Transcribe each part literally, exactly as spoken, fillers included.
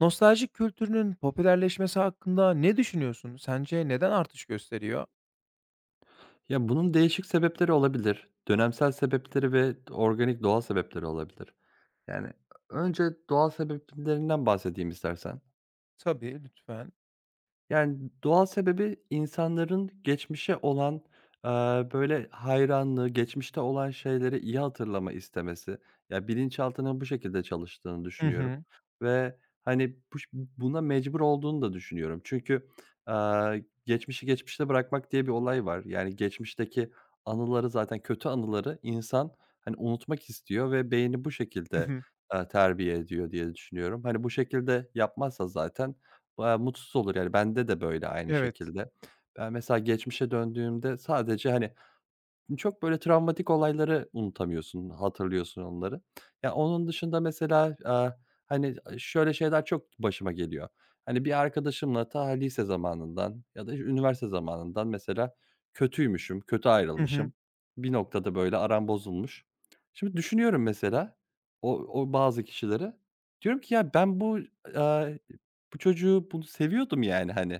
Nostaljik kültürünün popülerleşmesi hakkında ne düşünüyorsun? Sence neden artış gösteriyor? Ya, bunun değişik sebepleri olabilir. Dönemsel sebepleri ve organik, doğal sebepleri olabilir. Yani, önce doğal sebeplerinden bahsedeyim istersen. Tabii, lütfen. Yani, doğal sebebi insanların geçmişe olan, eee, böyle, hayranlığı, geçmişte olan şeyleri iyi hatırlama istemesi. Ya, bilinçaltının bu şekilde çalıştığını Hı düşünüyorum hı. ve, hani, buş buna mecbur olduğunu da düşünüyorum. Çünkü, eee, geçmişi geçmişte bırakmak diye bir olay var. Yani, geçmişteki anıları zaten kötü anıları insan, hani, unutmak istiyor ve beyni bu Hı şekilde, hı. eee, terbiye ediyor diye düşünüyorum. Hani, bu şekilde yapmazsa zaten Aaa, mutsuz olur yani. Bende de böyle aynı Evet. şekilde. Ben mesela geçmişe döndüğümde sadece, hani, çok böyle travmatik olayları unutamıyorsun, hatırlıyorsun onları. Ya, onun dışında mesela, aaa, hani, şöyle şeyler çok başıma geliyor. Hani, bir arkadaşımla ta lise zamanından ya da üniversite zamanından mesela kötüymüşüm, kötü Hı hı. ayrılmışım. Bir noktada böyle aram bozulmuş. Şimdi düşünüyorum mesela o o bazı kişileri. Diyorum ki ya ben bu, aaa, bu çocuğu bunu seviyordum yani, hani,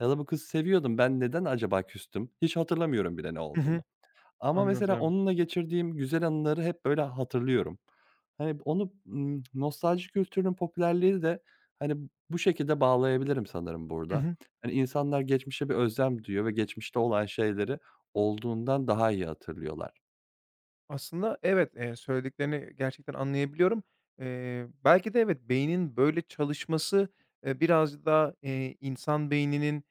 ya da bu kızı seviyordum. Ben neden acaba küstüm? Hiç hatırlamıyorum bile ne Hı hı. olduğunu. Ama mesela Anladım. onunla geçirdiğim güzel anıları hep böyle hatırlıyorum. Hani, onu, ımm, nostalji kültürünün popülerliği de, hani, bu şekilde bağlayabilirim sanırım Hı burada. hı. Hani, insanlar geçmişe bir özlem duyuyor ve geçmişte olan şeyleri olduğundan daha iyi hatırlıyorlar. Aslında evet, eee, söylediklerini gerçekten anlayabiliyorum. Eee, belki de evet, beynin böyle çalışması, eee, biraz da, eee, insan beyninin,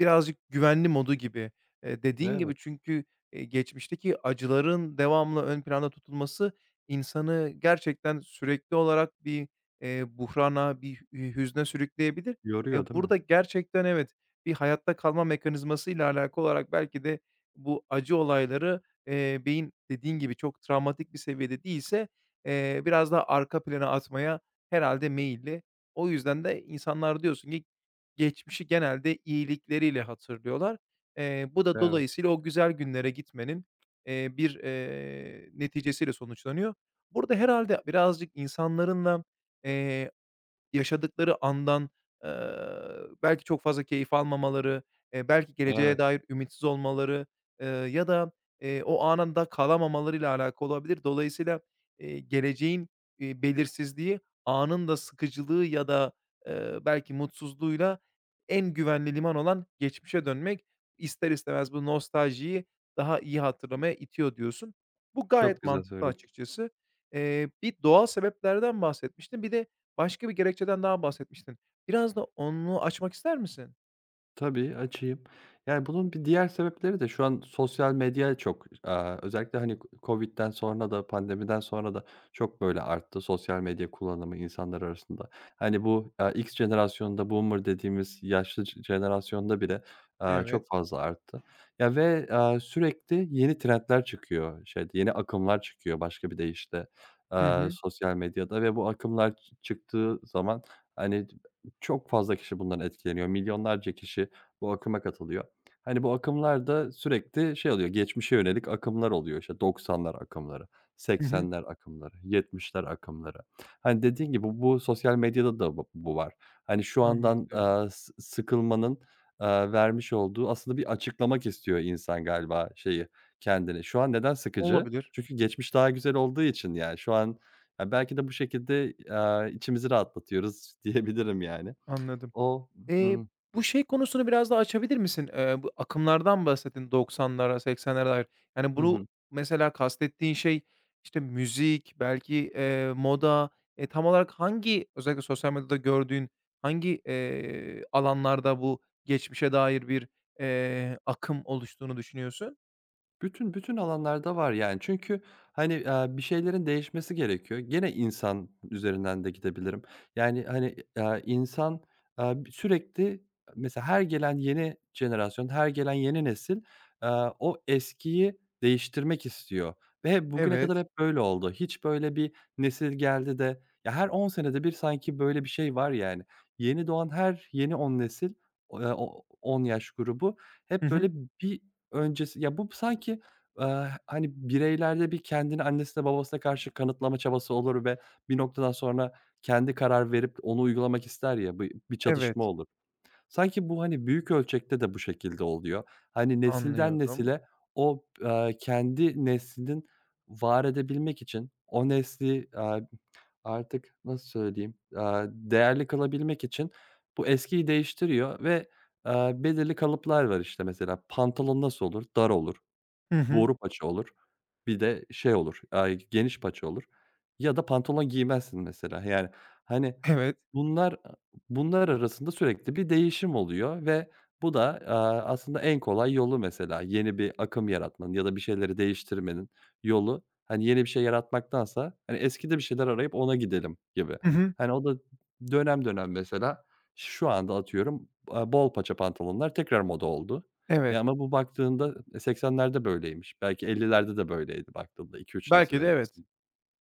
birazcık güvenli modu gibi. Eee, dediğin gibi Evet, çünkü, eee, geçmişteki acıların devamlı ön planda tutulması insanı gerçekten sürekli olarak bir, eee, buhrana, bir hü hüzne sürükleyebilir. Eee, yoruyor değil mi? burada gerçekten evet, bir hayatta kalma mekanizmasıyla alakalı olarak belki de bu acı olayları, eee, beyin dediğin gibi çok travmatik bir seviyede değilse, eee, biraz daha arka plana atmaya herhalde meyilli. O yüzden de insanlar diyorsun ki geçmişi genelde iyilikleriyle hatırlıyorlar. Eee, bu da Evet, dolayısıyla o güzel günlere gitmenin, eee, bir, eee, neticesiyle sonuçlanıyor. Burada herhalde birazcık insanların da, eee yaşadıkları andan, eee, belki çok fazla keyif almamaları, eee, belki geleceğe evet. dair ümitsiz olmaları, eee, ya da, eee, o anında kalamamalarıyla alakalı olabilir. Dolayısıyla, eee, geleceğin, eee, belirsizliği, anın da sıkıcılığı ya da, eee, belki mutsuzluğuyla en güvenli liman olan geçmişe dönmek, ister istemez bu nostaljiyi daha iyi hatırlamaya itiyor diyorsun. Bu Çok gayet güzel mantıklı söyledin. açıkçası. Eee, bir doğal sebeplerden bahsetmiştin. Bir de, başka bir gerekçeden daha bahsetmiştin. Biraz da onu açmak ister misin? Tabii, açayım. Yani, bunun bir diğer sebepleri de şu an sosyal medya çok, aaa, özellikle, hani, k kovid'den sonra da pandemiden sonra da çok, böyle, arttı sosyal medya kullanımı insanlar arasında. Hani, bu, aaa, X jenerasyonunda boomer dediğimiz yaşlı j jenerasyonda bile, aaa, çok Evet. fazla arttı. Ya, ve, aaa, sürekli yeni trendler çıkıyor şeyde, yeni akımlar çıkıyor başka bir deyişle, Hı aaa, hı. sosyal medyada ve bu akımlar çı çıktığı zaman, hani, çok fazla kişi bundan etkileniyor. Milyonlarca kişi bu akıma katılıyor. Hani, bu akımlar da sürekli şey oluyor, geçmişe yönelik akımlar oluyor. İşte doksanlar akımları, Hı hı. seksenler akımları, yetmişler akımları. Hani, dediğin gibi bu sosyal medyada da bu bu var. Hani, şu andan, Anladım. aaa, sı sıkılmanın, aaa, vermiş olduğu aslında bir açıklamak istiyor insan galiba şeyi, kendini. Şu an neden sıkıcı? Olabilir. Çünkü geçmiş daha güzel olduğu için yani. Şu an, ya, belki de bu şekilde, aaa, içimizi rahatlatıyoruz diyebilirim yani. Anladım. O Eee, bu şey konusunu biraz daha açabilir misin? Eee, bu akımlardan bahsettin doksanlara, seksenlere dair. Yani, Hı bunu hı. mesela kastettiğin şey, işte, müzik, belki, eee, moda, eee, tam olarak hangi özellikle sosyal medyada gördüğün hangi, eee, alanlarda bu geçmişe dair bir, eee, akım oluştuğunu düşünüyorsun? Bütün bütün alanlarda var yani. Çünkü, hani, eee, bir şeylerin değişmesi gerekiyor. Gene insan üzerinden de gidebilirim. Yani, hani, eee, insan, eee, sürekli mesela her gelen yeni jenerasyon, her gelen yeni nesil, eee, o eskiyi değiştirmek istiyor ve hep bugüne kadar Evet. hep böyle oldu. Hiç böyle bir nesil geldi de ya, her on senede bir sanki böyle bir şey var yani. Yeni doğan her yeni on nesil, eee, o on yaş grubu Hı hep hı. böyle bir öncesi ya, bu sanki, eee, hani, bireylerde bir kendini annesine babasına karşı kanıtlama çabası olur ve bir noktadan sonra kendi karar verip onu uygulamak ister ya, bi bir çatışma Evet. olur. Sanki bu, hani, büyük ölçekte de bu şekilde oluyor. Hani, nesilden Anlıyorum. nesile o, eee, kendi neslinin var edebilmek için o nesli, eee artık nasıl söyleyeyim, aaa, değerli kalabilmek için bu eskiyi değiştiriyor ve, aaa, belirli kalıplar var, işte, mesela pantolon nasıl olur? Dar olur. Hı hı. Boru paça olur. Bir de şey olur, aaa, geniş paça olur ya da pantolon giymezsin mesela. Yani, hani, Evet. bunlar bunlar arasında sürekli bir değişim oluyor ve bu da, aaa, aslında en kolay yolu mesela yeni bir akım yaratmanın ya da bir şeyleri değiştirmenin yolu, hani, yeni bir şey yaratmaktansa, hani, eskide bir şeyler arayıp ona gidelim gibi. Hı hı. Hani, o da dönem dönem mesela şu anda atıyorum, aaa, bol paça pantolonlar tekrar moda oldu. Ya, Evet. ama bu baktığında, eee, seksenlerde böyleymiş. Belki ellilerde de böyleydi baktığında iki üç nesil Belki de evet. öncesinde.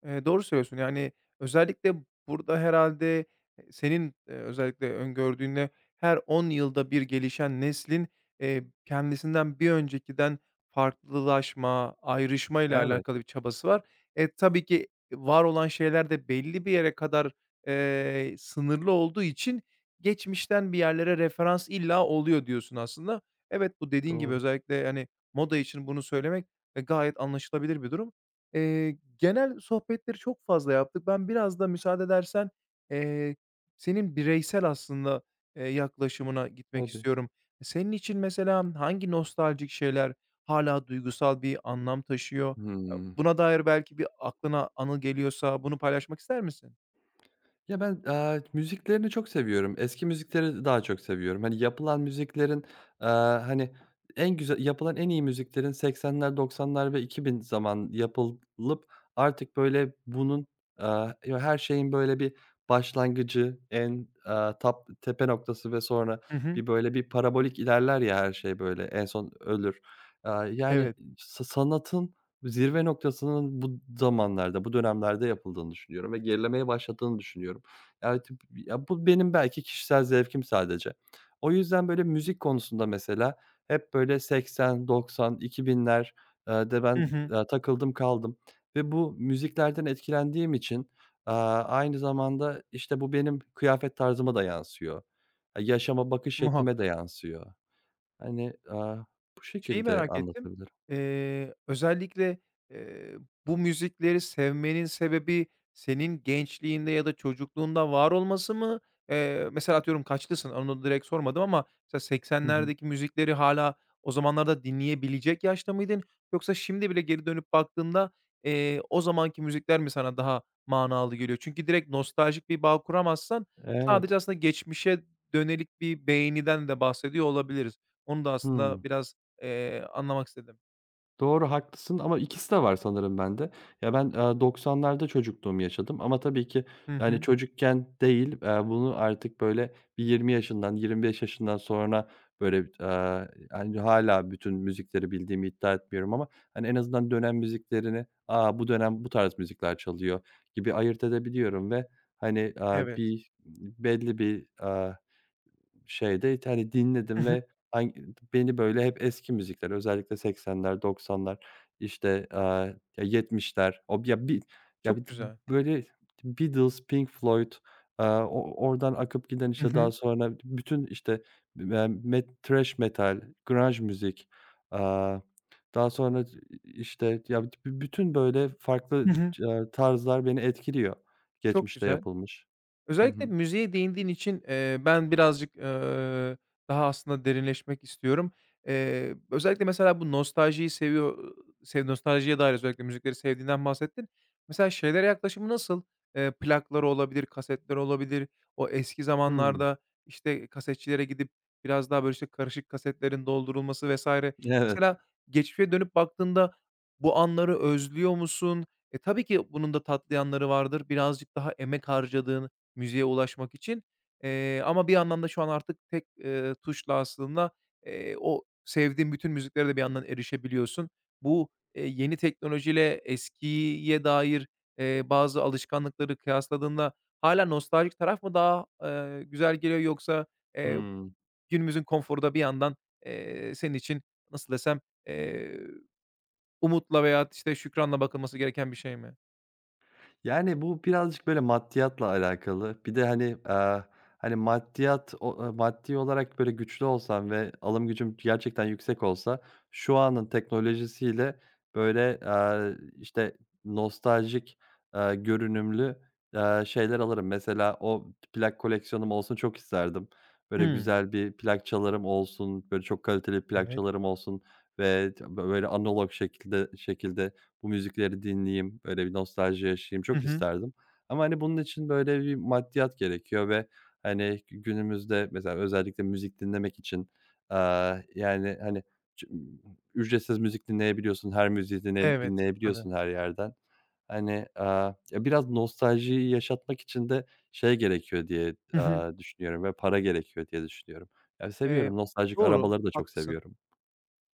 Eee, doğru söylüyorsun. Yani, özellikle burada herhalde eee, senin, eee, özellikle öngördüğünde her on yılda bir gelişen neslin, eee, kendisinden bir öncekiden farklılaşma, ayrışma ile Evet, alakalı bir çabası var. E, tabii ki var olan şeyler de belli bir yere kadar, eee, sınırlı olduğu için geçmişten bir yerlere referans illa oluyor diyorsun aslında. Evet, bu dediğin gibi doğru. özellikle, hani, moda için bunu söylemek, eee, gayet anlaşılabilir bir durum. Eee, genel sohbetleri çok fazla yaptık. Ben biraz da müsaade edersen, eee, senin bireysel aslında, eee, yaklaşımına gitmek Tabii. istiyorum. Senin için mesela hangi nostaljik şeyler hala duygusal bir anlam taşıyor? Eee, Hıı. buna dair belki bir aklına anı geliyorsa bunu paylaşmak ister misin? Ya, ben, aaa, müziklerini çok seviyorum. Eski müzikleri daha çok seviyorum. Hani, yapılan müziklerin, aaa, hani, en güzel yapılan en iyi müziklerin seksenler, doksanlar ve iki bin zaman yapılıp artık, böyle, bunun, aaa, ya, her şeyin, böyle, bir başlangıcı, en, aaa, tap tepe noktası ve sonra Hı hı. bir, böyle, bir parabolik ilerler ya her şey, böyle, en son ölür. Aaa, yani, Evet. sa sanatın zirve noktasının bu zamanlarda, bu dönemlerde yapıldığını düşünüyorum ve gerilemeye başladığını düşünüyorum. Yani, tip ya, bu benim belki kişisel zevkim sadece. O yüzden, böyle, müzik konusunda mesela hep, böyle, seksen, doksan, iki binler eee, de Hı ben, hı. eee, takıldım kaldım ve bu müziklerden etkilendiğim için, aaa, aynı zamanda, işte, bu benim kıyafet tarzıma da yansıyor. Eee, yaşama bakış şeklime de Muhakkak. yansıyor. Hani, aaa, bu Şeyi şekilde merak ettim. anlatabilirim. Eee, özellikle, eee, bu müzikleri sevmenin sebebi senin gençliğinde ya da çocukluğunda var olması mı? Eee, mesela atıyorum kaçlısın? Onu direkt sormadım ama mesela Hı hı. seksenlerdeki müzikleri hala o zamanlarda dinleyebilecek yaşta mıydın? Yoksa şimdi bile geri dönüp baktığında, eee, o zamanki müzikler mi sana daha manalı geliyor? Çünkü direkt nostaljik bir bağ kuramazsan sadece Evet. aslında geçmişe dönelik bir beğeniden de bahsediyor olabiliriz. Onu da Hıı. aslında biraz eee, anlamak istedim. Doğru, haklısın ama ikisi de var sanırım bende. Ya, ben, eee, doksanlarda çocukluğumu yaşadım ama tabii ki, Hı yani, hı. çocukken değil, eee, bunu artık, böyle, bir yirmi yaşından, yirmi beş yaşından sonra, böyle, eee, hani, hâlâ bütün müzikleri bildiğimi iddia etmiyorum ama, hani, en azından dönem müziklerini, aa bu dönem bu tarz müzikler çalıyor." gibi ayırt edebiliyorum ve, hani, eee, Evet. bir belli bir, şeyde it hani, Hı dinledim hı. ve hang beni, böyle, hep eski müzikler özellikle seksenler, doksanlar, işte, aaa, ya yetmişler o ya bir ya bir Çok güzel. böyle Beatles, Pink Floyd, aaa, o oradan akıp giden, Hı işte, daha hı. sonra bütün, işte, emm, met thrash metal, grunge müzik, aaa, daha sonra, işte, ya b bütün, böyle, Hı farklı hı. c tarzlar beni etkiliyor Çok geçmişte güzel. yapılmış. Hı Özellikle hı. müziğe değindiğin için, eee, ben birazcık, eee, daha aslında derinleşmek istiyorum. Eee, özellikle mesela bu nostaljiyi seviyor sev nostaljiye dair özellikle müzikleri sevdiğinden bahsettin. Mesela şeylere yaklaşımı nasıl? Eee, plaklar olabilir, kasetler olabilir. O eski Hımm. zamanlarda, işte, kasetçilere gidip biraz daha, böyle, işte, karışık kasetlerin doldurulması vesaire. Evet. Mesela geçmişe dönüp baktığında bu anları özlüyor musun? E, tabii ki bunun da tatlı yanları vardır. Birazcık daha emek harcadığın, müziğe ulaşmak için. Eee, ama bir yandan da şu an artık tek, eee, tuşla aslında, eee, o sevdiğin bütün müziklere de bir yandan erişebiliyorsun. Bu, eee, yeni teknolojiyle eskiye dair, eee, bazı alışkanlıkları kıyasladığında hala nostaljik taraf mı daha, eee, güzel geliyor yoksa, eee, Hımm. günümüzün konforu da bir yandan, eee, senin için nasıl desem, eee, umutla veya işte, şükranla bakılması gereken bir şey mi? Yani, bu birazcık böyle maddiyatla alakalı. Bir de, hani, eee, hani, maddiyat o eee, maddi olarak böyle güçlü olsam ve alım gücüm gerçekten yüksek olsa şu anın teknolojisiyle böyle, eee, işte, nostaljik, eee, görünümlü, eee, şeyler alırım. Mesela o plak koleksiyonum olsun çok isterdim. Böyle Hımm. güzel bir plak çalarım olsun, böyle çok kaliteli plak Evet. çalarım olsun ve böyle analog şekilde şekilde bu müzikleri dinleyeyim, böyle bir nostalji yaşayayım Hı çok hı. isterdim. Ama, hani, bunun için böyle bir maddiyat gerekiyor ve, hani, günümüzde mesela özellikle müzik dinlemek için, aaa, yani, hani, çı ücretsiz müzik dinleyebiliyorsun, her müziği dine Evet, tabii. dinleyebiliyorsun her yerden. Hani, aaa, ya, biraz nostaljiyi yaşatmak için de şey gerekiyor diye, Hı hı. aaa, düşünüyorum ve para gerekiyor diye düşünüyorum. Ya, Eee, seviyorum, nostaljik doğru, arabaları da çok haklısın. seviyorum.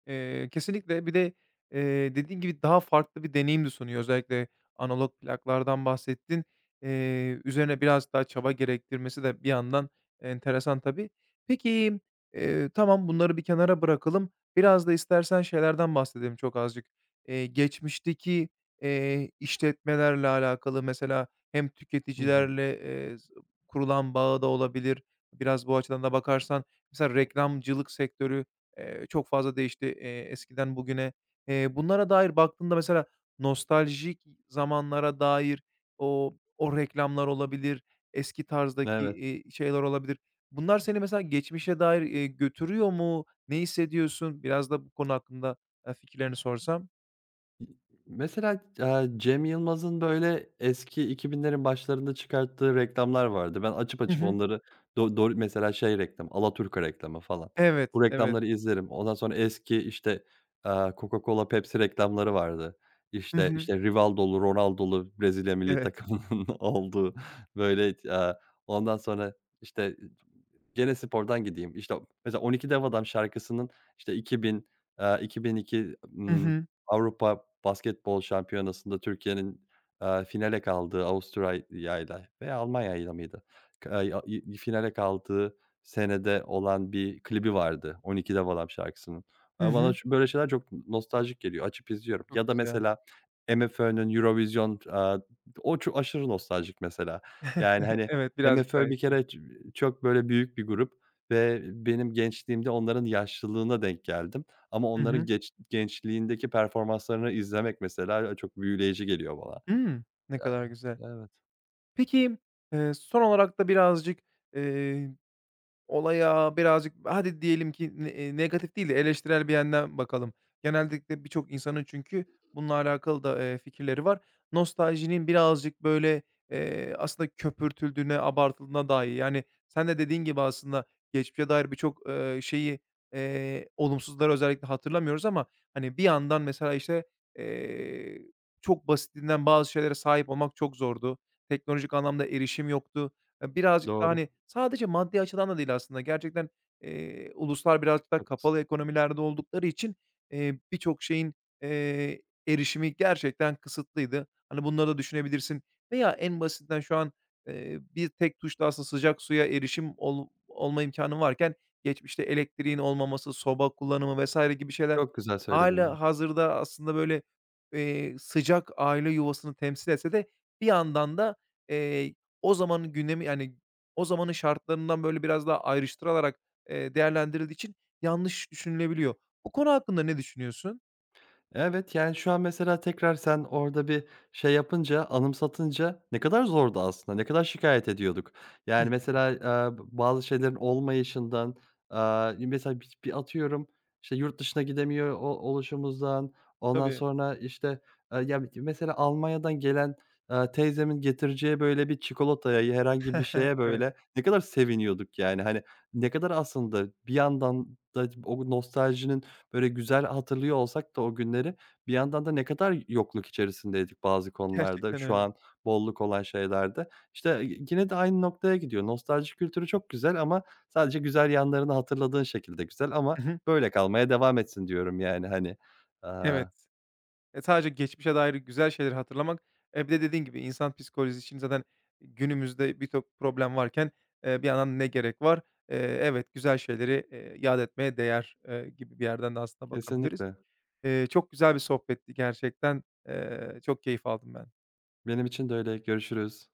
Eee, kesinlikle. Bir de, eee, dediğin gibi daha farklı bir deneyim de sunuyor. Özellikle analog plaklardan bahsettin. Eee, üzerine biraz daha çaba gerektirmesi de bir yandan enteresan tabii. Peki, eee, tamam bunları bir kenara bırakalım. Biraz da istersen şeylerden bahsedelim çok azıcık. Eee, geçmişteki, eee, işletmelerle alakalı mesela hem Hı hı. tüketicilerle, eee, s kurulan bağı da olabilir. Biraz bu açıdan da bakarsan mesela reklamcılık sektörü Eee, çok fazla değişti, eee, eskiden bugüne. Eee, bunlara dair baktığında mesela nostaljik zamanlara dair o o reklamlar olabilir, eski tarzdaki, Evet. iii, şeyler olabilir. Bunlar seni mesela geçmişe dair, eee, götürüyor mu? Ne hissediyorsun? Biraz da bu konu hakkında, eee, fikirlerini sorsam. Mesela, eee, Cem Yılmaz'ın, böyle, eski iki binlerin başlarında çıkarttığı reklamlar vardı. Ben açıp Hı açıp hı. onları do do mesela şey reklamı, Alaturka reklamı falan. Evet, Bu evet. reklamları izlerim. Ondan sonra eski, işte, eee, Coca-Cola, Pepsi reklamları vardı. Hı İşte hı. işte Rivaldo'lu, Ronaldo'lu Brezilya millî takımının Evet. olduğu, böyle, eee, ondan sonra, işte, gene spordan gideyim. İşte, mesela on iki Dev Adam şarkısının, işte, 2000, eee, 2002, Hı ımm, hı. Avrupa Basketbol Şampiyonası'nda Türkiye'nin, eee, finale kaldığı Avusturya'yla veya Almanya'yla mıydı? K eee, i finale kaldığı senede olan bir klibi vardı on iki Dev Adam şarkısının. Hı Eee, bana hı. ş böyle şeyler çok nostaljik geliyor. Açıp izliyorum ya Çok da güzel. mesela MFÖ'nün Eurovision, eee, o çok aşırı nostaljik mesela. Yani, hani, Evet, birazcık daha MFÖ bir eski. kere ç çok böyle büyük bir grup ve benim gençliğimde onların yaşlılığına denk geldim ama Hı onların hı. geç gençliğindeki performanslarını izlemek mesela, çok büyüleyici geliyor bana. Hımm. Ne Yani, kadar güzel. evet, Peki, eee, son olarak da birazcık, eee, olaya birazcık hadi diyelim ki ne eee, negatif değil de eleştirel bir yönden bakalım. Genellikle birçok insanın çünkü bununla alakalı da, eee, fikirleri var. Nostaljinin birazcık böyle, eee, aslında köpürtüldüğüne, abartıldığına dair yani sen de dediğin gibi aslında geçmişe dair birçok, eee, şeyi, eee, olumsuzları özellikle hatırlamıyoruz ama hani bir yandan mesela işte, eee, çok basitinden bazı şeylere sahip olmak çok zordu. Teknolojik anlamda erişim yoktu. Ya, birazcık daha, doğru. hani, sadece maddi açıdan da değil aslında gerçekten, eee, uluslar birazcık daha Çok kapalı ekonomilerde oldukları için, eee, birçok şeyin, eee, erişimi gerçekten kısıtlıydı. Hani, bunları da düşünebilirsin veya en basitinden şu an, eee, bir tek tuşla aslında sıcak suya erişim ol olma imkanı varken geçmişte elektriğin olmaması, soba kullanımı vesaire gibi şeyler çok güzel söyledin ya. hala hazırda aslında, böyle, eee, sıcak aile yuvasını temsil etse de bir yandan da, o zamanın gündemi, yani, o zamanın şartlarından, böyle, biraz daha ayrıştırılarak, eee, değerlendirildiği için yanlış düşünülebiliyor. Bu konu hakkında ne düşünüyorsun? Evet, yani, şu an mesela tekrar sen orada bir şey yapınca, anımsatınca ne kadar zordu aslında, ne kadar şikayet ediyorduk. Yani, mesela, eee, bazı şeylerin olmayışından, aaa, mesela bi bir atıyorum, işte, yurt dışına gidemiyor o oluşumuzdan, ondan Tabii. sonra, işte, eee, ya, mesela Almanya'dan gelen, eee, teyzemin getireceği, böyle, bir çikolataya, ya herhangi bir şeye, Evet, böyle, ne kadar seviniyorduk, yani. Hani, ne kadar aslında bir yandan da o nostaljinin böyle güzel hatırlıyor olsak da o günleri, bir yandan da ne kadar yokluk içerisindeydik bazı konularda, gerçekten şu öyle. an bolluk olan şeylerde. İşte, e, yine de aynı noktaya gidiyor. Nostalji kültürü çok güzel ama sadece güzel yanlarını hatırladığın şekilde güzel ama Hı hı. böyle kalmaya devam etsin diyorum yani, hani. Aaa, Evet. E, sadece geçmişe dair güzel şeyleri hatırlamak, eee, bir de dediğin gibi insan psikolojisi için zaten günümüzde birçok problem varken, eee, bir yandan ne gerek var? Eee, evet, güzel şeyleri, eee, yad etmeye değer, eee, gibi bir yerden de aslında bakabiliriz. Kesinlikle. Eee, çok güzel bir sohbetti gerçekten. Eee, çok keyif aldım ben. Benim için de öyle. Görüşürüz.